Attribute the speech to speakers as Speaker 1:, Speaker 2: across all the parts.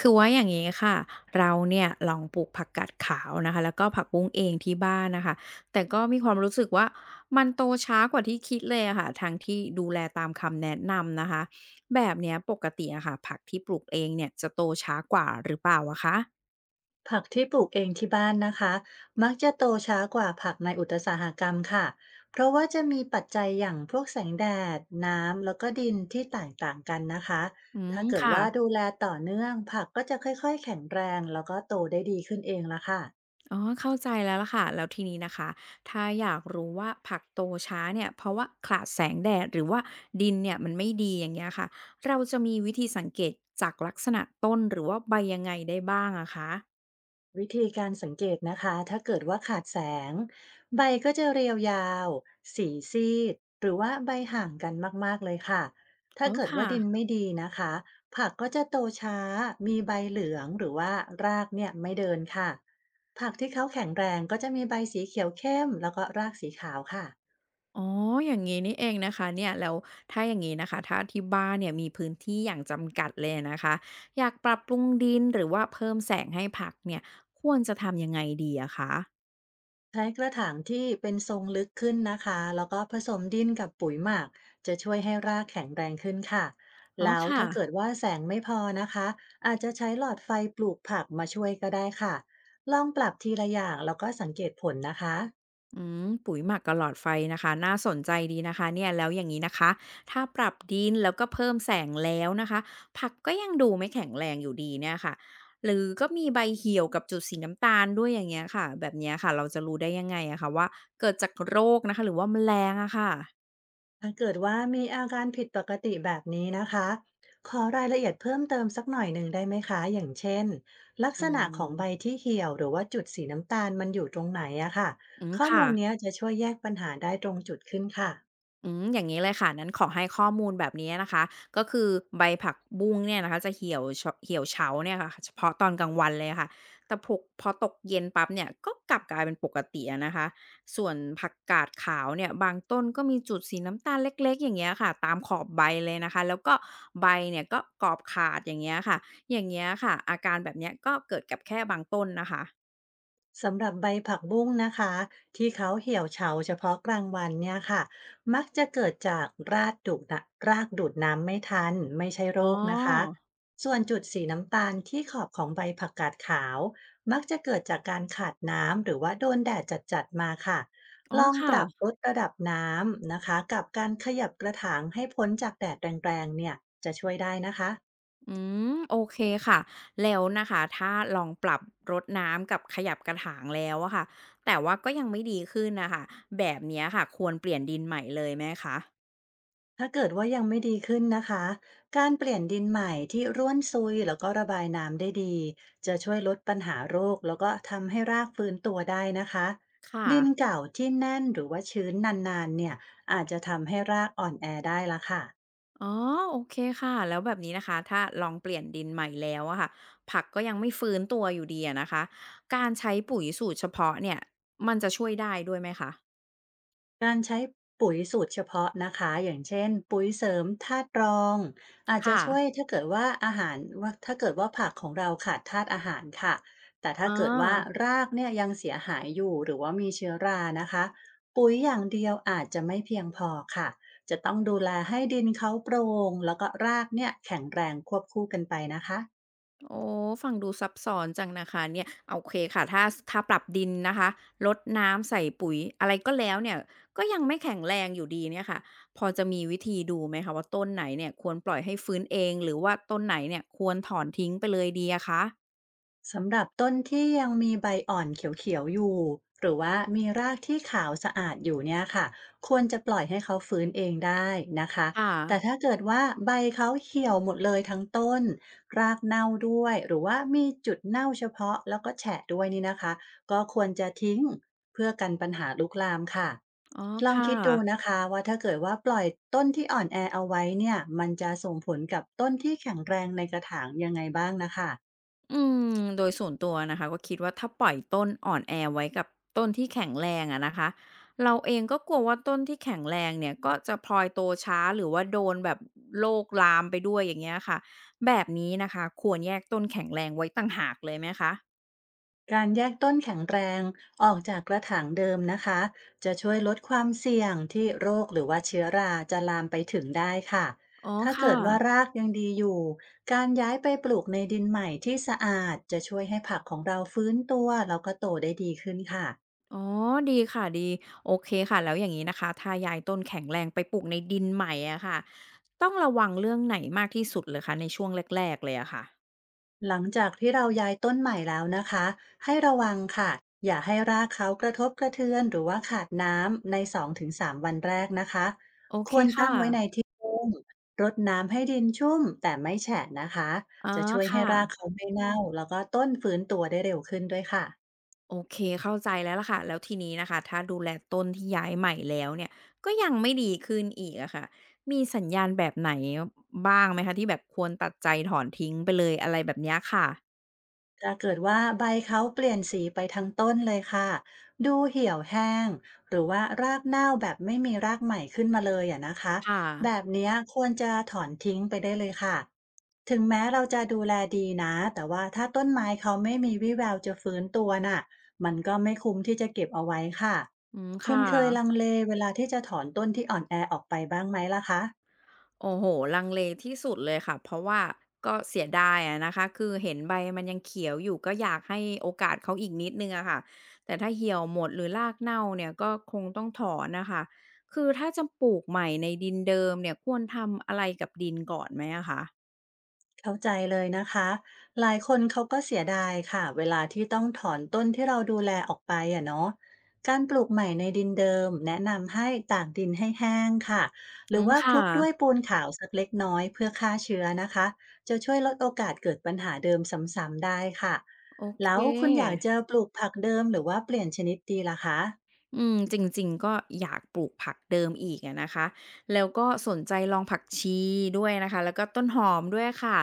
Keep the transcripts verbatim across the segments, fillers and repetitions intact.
Speaker 1: คือว่าอย่างนี้ค่ะเราเนี่ยลองปลูกผักกาดขาวนะคะแล้วก็ผักบุ้งเองที่บ้านนะคะแต่ก็มีความรู้สึกว่ามันโตช้ากว่าที่คิดเลยอะค่ะทั้งที่ดูแลตามคำแนะนำนะคะแบบเนี้ยปกติอะค่ะผักที่ปลูกเองเนี่ยจะโตช้ากว่าหรือเปล่าอะคะ
Speaker 2: ผักที่ปลูกเองที่บ้านนะคะมักจะโตช้ากว่าผักในอุตสาหกรรมค่ะเพราะว่าจะมีปัจจัยอย่างพวกแสงแดดน้ำแล้วก็ดินที่แตกต่างกันนะคะ
Speaker 1: อืม
Speaker 2: ถ้าเกิดว่า
Speaker 1: ค่ะ
Speaker 2: ดูแลต่อเนื่องผักก็จะค่อยๆแข็งแรงแล้วก็โตได้ดีขึ้นเองละค่ะ
Speaker 1: อ๋อเข้าใจแล้วล่ะค่ะแล้วทีนี้นะคะถ้าอยากรู้ว่าผักโตช้าเนี่ยเพราะว่าขาดแสงแดดหรือว่าดินเนี่ยมันไม่ดีอย่างเงี้ยค่ะเราจะมีวิธีสังเกตจากลักษณะต้นหรือว่าใบยังไงได้บ้างอะคะ
Speaker 2: วิธีการสังเกตนะคะถ้าเกิดว่าขาดแสงใบก็จะเรียวยาวสีซีดหรือว่าใบห่างกันมากๆเลยค่ะถ้า
Speaker 1: อ๋อ
Speaker 2: เกิด
Speaker 1: ค่ะ
Speaker 2: ว่าดินไม่ดีนะคะผักก็จะโตช้ามีใบเหลืองหรือว่ารากเนี่ยไม่เดินค่ะผักที่เขาแข็งแรงก็จะมีใบสีเขียวเข้มแล้วก็รากสีขาวค่ะ
Speaker 1: อ๋ออย่างงี้นี่เองนะคะเนี่ยแล้วถ้าอย่างงี้นะคะถ้าที่บ้านเนี่ยมีพื้นที่อย่างจำกัดเลยอนะคะอยากปรับปรุงดินหรือว่าเพิ่มแสงให้ผักเนี่ยควรจะทำยังไงดีอะคะ
Speaker 2: ใช้กระถางที่เป็นทรงลึกขึ้นนะคะ แล้วก็ผสมดินกับปุ๋ยหมักจะช่วยให้รากแข็งแรงขึ้นค่ะ
Speaker 1: อ๋อ
Speaker 2: แล้ว
Speaker 1: ค่ะ
Speaker 2: ถ้าเกิดว่าแสงไม่พอนะคะ อาจจะใช้หลอดไฟปลูกผักมาช่วยก็ได้ค่ะ ลองปรับทีละอย่างแล้วก็สังเกตผลนะคะ
Speaker 1: อืมปุ๋ยหมักกับหลอดไฟนะคะน่าสนใจดีนะคะเนี่ยแล้วอย่างนี้นะคะถ้าปรับดินแล้วก็เพิ่มแสงแล้วนะคะผักก็ยังดูไม่แข็งแรงอยู่ดีเนี่ยค่ะหรือก็มีใบเหี่ยวกับจุดสีน้ำตาลด้วยอย่างเงี้ยค่ะแบบเนี้ยค่ะเราจะรู้ได้ยังไงอะคะว่าเกิดจากโรคนะคะหรือว่าแมลงอะค่ะ
Speaker 2: ถ้าเกิดว่ามีอาการผิดปกติแบบนี้นะคะขอรายละเอียดเพิ่มเติมสักหน่อยหนึ่งได้ไหมคะ อย่างเช่นลัก
Speaker 1: อื
Speaker 2: ษณะของใบ
Speaker 1: ม
Speaker 2: ที่เหี่ยวหรือว่าจุดสีน้ำตาลมันอยู่ตรงไหนอะค่ะ
Speaker 1: อืม
Speaker 2: ข้อ
Speaker 1: ค่ะ
Speaker 2: มูลเนี้ยจะช่วยแยกปัญหาได้ตรงจุดขึ้นค่ะ
Speaker 1: อืมอย่างงี้เลยค่ะนั้นขอให้ข้อมูลแบบนี้นะคะก็คือใบผักบุ้งเนี่ยนะคะจะเหี่ยวเฉาเหี่ยวเฉาเนี่ยค่ะเฉพาะตอนกลางวันเลยค่ะแต่พกพอตกเย็นปั๊บเนี่ยก็กลับกลายเป็นปกติอะนะคะส่วนผักกาดขาวเนี่ยบางต้นก็มีจุดสีน้ำตาลเล็กๆอย่างเงี้ยค่ะตามขอบใบเลยนะคะแล้วก็ใบเนี่ยก็กรอบขาดอย่างเงี้ยค่ะอย่างเงี้ยค่ะอาการแบบเนี้ยก็เกิดกับแค่บางต้นนะคะ
Speaker 2: สำหรับใบผักบุ้งนะคะที่เขาเหี่ยวเฉาเฉพาะกลางวันเนี่ยค่ะมักจะเกิดจากรากดูดนะรากดูดน้ำไม่ทันไม่ใช่โร
Speaker 1: อ๋อ
Speaker 2: คนะคะส่วนจุดสีน้ำตาลที่ขอบของใบผักกาดขาวมักจะเกิดจากการขาดน้ำหรือว่าโดนแดดจัดๆมาค่ะ
Speaker 1: อ๋อ
Speaker 2: ลองป
Speaker 1: ค่ะ
Speaker 2: รับลดระดับน้ำนะคะกับการขยับกระถางให้พ้นจากแดดแรงๆเนี่ยจะช่วยได้นะคะ
Speaker 1: อืมโอเคค่ะแล้วนะคะถ้าลองปรับรดน้ำกับขยับกระถางแล้วอะค่ะแต่ว่าก็ยังไม่ดีขึ้นนะคะแบบเนี้ยค่ะควรเปลี่ยนดินใหม่เลยไหมคะ
Speaker 2: ถ้าเกิดว่ายังไม่ดีขึ้นนะคะ การเปลี่ยนดินใหม่ที่ร่วนซุยแล้วก็ระบายน้ำได้ดีจะช่วยลดปัญหาโรคแล้วก็ทำให้รากฟื้นตัวได้นะคะ
Speaker 1: ค
Speaker 2: ดิน
Speaker 1: ่ะ
Speaker 2: เก่าที่แน่นหรือว่าชื้นนานๆเนี่ยอาจจะทำให้รากอ่อนแอได้ละค่ะ
Speaker 1: อ๋อโอเคค่ะแล้วแบบนี้นะคะถ้าลองเปลี่ยนดินใหม่แล้วอะค่ะผักก็ยังไม่ฟื้นตัวอยู่ดีอะนะคะการใช้ปุ๋ยสูตรเฉพาะเนี่ยมันจะช่วยได้ด้วยไหมคะ
Speaker 2: การใช้ปุ๋ยสูตรเฉพาะนะคะอย่างเช่นปุ๋ยเสริมธาตุรองอาจจะ
Speaker 1: ค่ะ
Speaker 2: ช่วยถ้าเกิดว่าอาหารว่าถ้าเกิดว่าผักของเราขาดธาตุอาหารค่ะแต่ถ้า
Speaker 1: อา
Speaker 2: เกิดว่ารากเนี่ยยังเสียหายอยู่หรือว่ามีเชื้อรานะคะปุ๋ยอย่างเดียวอาจจะไม่เพียงพอค่ะจะต้องดูแลให้ดินเขาโปร่งแล้วก็รากเนี่ยแข็งแรงควบคู่กันไปนะคะ
Speaker 1: โอ้ฟังดูซับซ้อนจังนะคะเนี่ยโอเคค่ะถ้าถ้าปรับดินนะคะรดน้ำใส่ปุ๋ยอะไรก็แล้วเนี่ยก็ยังไม่แข็งแรงอยู่ดีเนี่ยค่ะพอจะมีวิธีดูไหมคะว่าต้นไหนเนี่ยควรปล่อยให้ฟื้นเองหรือว่าต้นไหนเนี่ยควรถอนทิ้งไปเลยดีอะคะ
Speaker 2: สำหรับต้นที่ยังมีใบอ่อนเขียวๆอยู่หรือว่ามีรากที่ขาวสะอาดอยู่เนี่ยค่ะควรจะปล่อยให้เขาฟื้นเองได้นะคะ
Speaker 1: ค่ะ
Speaker 2: แต่ถ้าเกิดว่าใบเขาเหี่ยวหมดเลยทั้งต้นรากเน่าด้วยหรือว่ามีจุดเน่าเฉพาะแล้วก็แฉะด้วยนี่นะคะก็ควรจะทิ้งเพื่อกันปัญหาลุกลามค่ะ
Speaker 1: อ๋อ
Speaker 2: ลอง
Speaker 1: ค่
Speaker 2: คิดดู
Speaker 1: ะ
Speaker 2: นะคะว่าถ้าเกิดว่าปล่อยต้นที่อ่อนแอเอาไว้เนี่ยมันจะส่งผลกับต้นที่แข็งแรงในกระถางยังไงบ้างนะคะ
Speaker 1: อืมโดยส่วนตัวนะคะก็คิดว่าถ้าปล่อยต้นอ่อนแอไว้กับต้นที่แข็งแรงอะนะคะเราเองก็กลัวว่าต้นที่แข็งแรงเนี่ยก็จะพลอยโตช้าหรือว่าโดนแบบโรคลามไปด้วยอย่างเงี้ยค่ะแบบนี้นะคะควรแยกต้นแข็งแรงไว้ต่างหากเลยไหมคะ
Speaker 2: การแยกต้นแข็งแรงออกจากกระถางเดิมนะคะจะช่วยลดความเสี่ยงที่โรคหรือว่าเชื้อราจะลามไปถึงได้ค่ะ
Speaker 1: อ๋อ
Speaker 2: ถ้า
Speaker 1: ค่ะ
Speaker 2: เกิดว่ารากยังดีอยู่การย้ายไปปลูกในดินใหม่ที่สะอาดจะช่วยให้ผักของเราฟื้นตัวแล้วก็โตได้ดีขึ้นค่ะ
Speaker 1: อ๋อดีค่ะดีโอเคค่ะแล้วอย่างนี้นะคะถ้าย้ายต้นแข็งแรงไปปลูกในดินใหม่อะค่ะต้องระวังเรื่องไหนมากที่สุดเลยคะในช่วงแรกๆเลยอะค่ะ
Speaker 2: หลังจากที่เราย้ายต้นใหม่แล้วนะคะให้ระวังค่ะอย่าให้รากเขากระทบกระเทือนหรือว่าขาดน้ำในสองถึงสามวันแรกนะคะ
Speaker 1: โอ
Speaker 2: ค
Speaker 1: เค
Speaker 2: วร
Speaker 1: ค่ะ
Speaker 2: ตั้งไว้ในที่ร่มรดน้ำให้ดินชุ่มแต่ไม่แฉะนะคะ
Speaker 1: อ๋อ
Speaker 2: จะช่วยให้ราก
Speaker 1: ค่ะ
Speaker 2: เขาไม่เน่าแล้วก็ต้นฟื้นตัวได้เร็วขึ้นด้วยค่ะ
Speaker 1: โอเคเข้าใจแล้วล่ะค่ะแล้วทีนี้นะคะถ้าดูแลต้นที่ย้ายใหม่แล้วเนี่ยก็ยังไม่ดีขึ้นอีกอะค่ะมีสัญญาณแบบไหนบ้างไหมคะที่แบบควรตัดใจถอนทิ้งไปเลยอะไรแบบเนี้ยค่ะ
Speaker 2: ถ้าเกิดว่าใบเขาเปลี่ยนสีไปทั้งต้นเลยค่ะ ดูเหี่ยวแห้งหรือว่ารากเน่าแบบไม่มีรากใหม่ขึ้นมาเลยอะนะคะ
Speaker 1: ค่ะ
Speaker 2: แบบเนี้ยควรจะถอนทิ้งไปได้เลยค่ะ ถึงแม้เราจะดูแลดีนะแต่ว่าถ้าต้นไม้เขาไม่มีวี่แววจะฟื้นตัวน่ะมันก็ไม่คุ้มที่จะเก็บเอาไว้ค่ะ
Speaker 1: อืม
Speaker 2: คุ
Speaker 1: ค่ะ
Speaker 2: ณเคยลังเลเวลาที่จะถอนต้นที่อ่อนแอออกไปบ้างไหมล่ะคะ
Speaker 1: โอ้โหลังเลที่สุดเลยค่ะเพราะว่าก็เสียดายอะนะคะคือเห็นใบมันยังเขียวอยู่ก็อยากให้โอกาสเขาอีกนิดหนึ่งอะค่ะแต่ถ้าเหี่ยวหมดหรือรากเน่าเนี่ยก็คงต้องถอนน่ะค่ะคือถ้าจะปลูกใหม่ในดินเดิมเนี่ยควรทำอะไรกับดินก่อนไหมอะคะ
Speaker 2: เข้าใจเลยนะคะหลายคนเขาก็เสียดายค่ะเวลาที่ต้องถอนต้นที่เราดูแลออกไปอ่ะเนาะการปลูกใหม่ในดินเดิมแนะนำให้ตากดินให้แห้งค่ะห
Speaker 1: อื
Speaker 2: รือ
Speaker 1: ม
Speaker 2: ว่าค
Speaker 1: ค่ะ
Speaker 2: ลุกด้วยปูนขาวสักเล็กน้อยเพื่อฆ่าเชื้อนะคะจะช่วยลดโอกาสเกิดปัญหาเดิมซ้ำๆได้ค่ะ
Speaker 1: โอเค
Speaker 2: แล้วคุณอยากจะปลูกผักเดิมหรือว่าเปลี่ยนชนิดดีล่ะคะ
Speaker 1: อืมจริงๆก็อยากปลูกผักเดิมอีกอะนะคะแล้วก็สนใจลองผักชีด้วยนะคะแล้วก็ต้นหอมด้วยค่ะ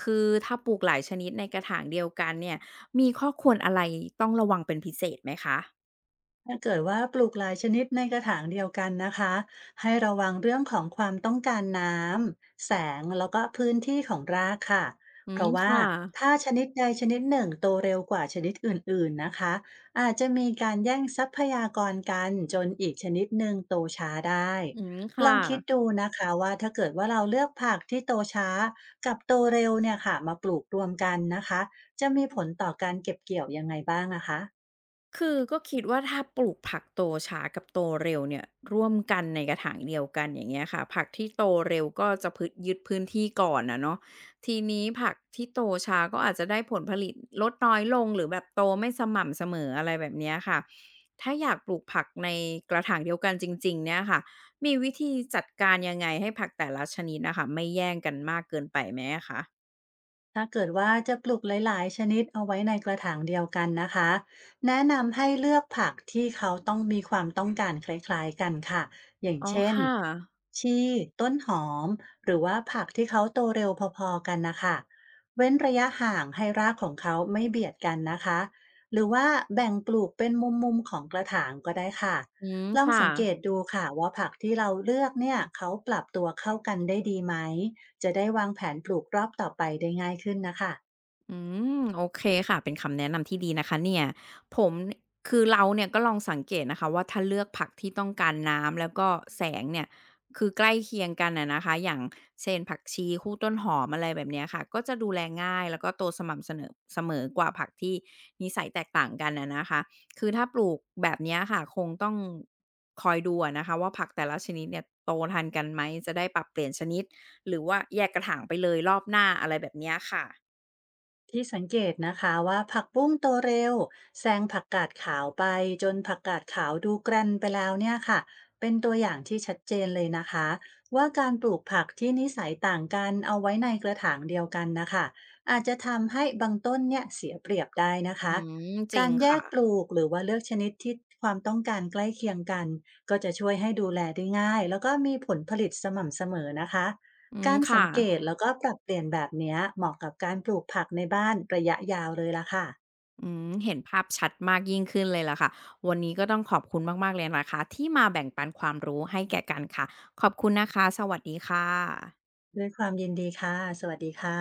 Speaker 1: คือถ้าปลูกหลายชนิดในกระถางเดียวกันเนี่ยมีข้อควรอะไรต้องระวังเป็นพิเศษไหมคะ
Speaker 2: ถ้าเกิดว่าปลูกหลายชนิดในกระถางเดียวกันนะคะให้ระวังเรื่องของความต้องการน้ำแสงแล้วก็พื้นที่ของรากค่ะ
Speaker 1: อื
Speaker 2: เพ
Speaker 1: ม
Speaker 2: ราะว่า
Speaker 1: ค่ะ
Speaker 2: ถ้าชนิดใดชนิดหนึ่งโตเร็วกว่าชนิดอื่นๆนะคะอาจจะมีการแย่งทรัพยากรกันจนอีกชนิดหนึ่งโตช้าได้
Speaker 1: อืม
Speaker 2: ล
Speaker 1: ค่ะ
Speaker 2: องคิดดูนะคะว่าถ้าเกิดว่าเราเลือกผักที่โตช้ากับโตเร็วเนี่ยค่ะมาปลูกรวมกันนะคะจะมีผลต่อการเก็บเกี่ยวยังไงบ้างนะคะ
Speaker 1: คือก็คิดว่าถ้าปลูกผักโตช้ากับโตเร็วเนี่ยร่วมกันในกระถางเดียวกันอย่างเงี้ยค่ะผักที่โตเร็วก็จะพึยึดพื้นที่ก่อนนะเนาะทีนี้ผักที่โตช้าก็อาจจะได้ผลผลิตลดน้อยลงหรือแบบโตไม่สม่ำเสมออะไรแบบเนี้ยค่ะถ้าอยากปลูกผักในกระถางเดียวกันจริงๆเนี่ยค่ะมีวิธีจัดการยังไงให้ผักแต่ละชนิดนะคะไม่แย่งกันมากเกินไปไหมอะคะ
Speaker 2: ถ้าเกิดว่าจะปลูกหลายๆชนิดเอาไว้ในกระถางเดียวกันนะคะแนะนำให้เลือกผักที่เขาต้องมีความต้องการคล้ายๆกันค่ะอย่าง
Speaker 1: อ๋อ
Speaker 2: เช่น
Speaker 1: ค่ะ
Speaker 2: ชีต้นหอมหรือว่าผักที่เขาโตเร็วพอๆกันนะคะเว้นระยะห่างให้รากของเขาไม่เบียดกันนะคะหรือว่าแบ่งปลูกเป็นมุมๆ ของกระถางก็ได้ค่ะ
Speaker 1: อืม
Speaker 2: ลอง
Speaker 1: ค่ะ
Speaker 2: สังเกตดูค่ะว่าผักที่เราเลือกเนี่ยเขาปรับตัวเข้ากันได้ดีไหม จะได้วางแผนปลูกรอบต่อไปได้ง่ายขึ้นนะคะ
Speaker 1: อืมโอเคค่ะเป็นคำแนะนำที่ดีนะคะเนี่ยผมคือเราเนี่ยก็ลองสังเกตนะคะว่าถ้าเลือกผักที่ต้องการน้ำแล้วก็แสงเนี่ยคือใกล้เคียงกันอะนะคะอย่างเช่นผักชีคู่ต้นหอมอะไรแบบเนี้ยค่ะก็จะดูแลง่ายแล้วก็โตสม่ำเสนอเสมอกว่าผักที่นิสัยแตกต่างกันอะนะคะคือถ้าปลูกแบบเนี้ยค่ะคงต้องคอยดูอะนะคะว่าผักแต่ละชนิดเนี่ยโตทันกันไหมจะได้ปรับเปลี่ยนชนิดหรือว่าแยกกระถางไปเลยรอบหน้าอะไรแบบเนี้ยค่ะ
Speaker 2: ที่สังเกตนะคะว่าผักบุ้งโตเร็วแซงผักกาดขาวไปจนผักกาดขาวดูแกรนไปแล้วเนี่ยค่ะเป็นตัวอย่างที่ชัดเจนเลยนะคะว่าการปลูกผักที่นิสัยต่างกันเอาไว้ในกระถางเดียวกันนะคะอาจจะทำให้บางต้นเนี่ยเสียเปรียบได้นะคะ
Speaker 1: อืมจริ
Speaker 2: กา
Speaker 1: ง
Speaker 2: รแย
Speaker 1: ค่ะ
Speaker 2: กปลูกหรือว่าเลือกชนิดที่ความต้องการใกล้เคียงกันก็จะช่วยให้ดูแลได้ง่ายแล้วก็มีผลผลิตสม่ำเสมอนะคะ
Speaker 1: อืม
Speaker 2: การ
Speaker 1: ค่ะ
Speaker 2: สังเกตแล้วก็ปรับเปลี่ยนแบบเนี้ยเหมาะกับการปลูกผักในบ้านระยะยาวเลยล่ะค่ะ
Speaker 1: อืมเห็นภาพชัดมากยิ่งขึ้นเลยล่ะค่ะ วันนี้ก็ต้องขอบคุณมากๆเลยนะคะที่มาแบ่งปันความรู้ให้แก่กันค่ะ ขอบคุณนะคะ สวัสดีค่ะ
Speaker 2: ด้วยความยินดีค่ะสวัสดีค่ะ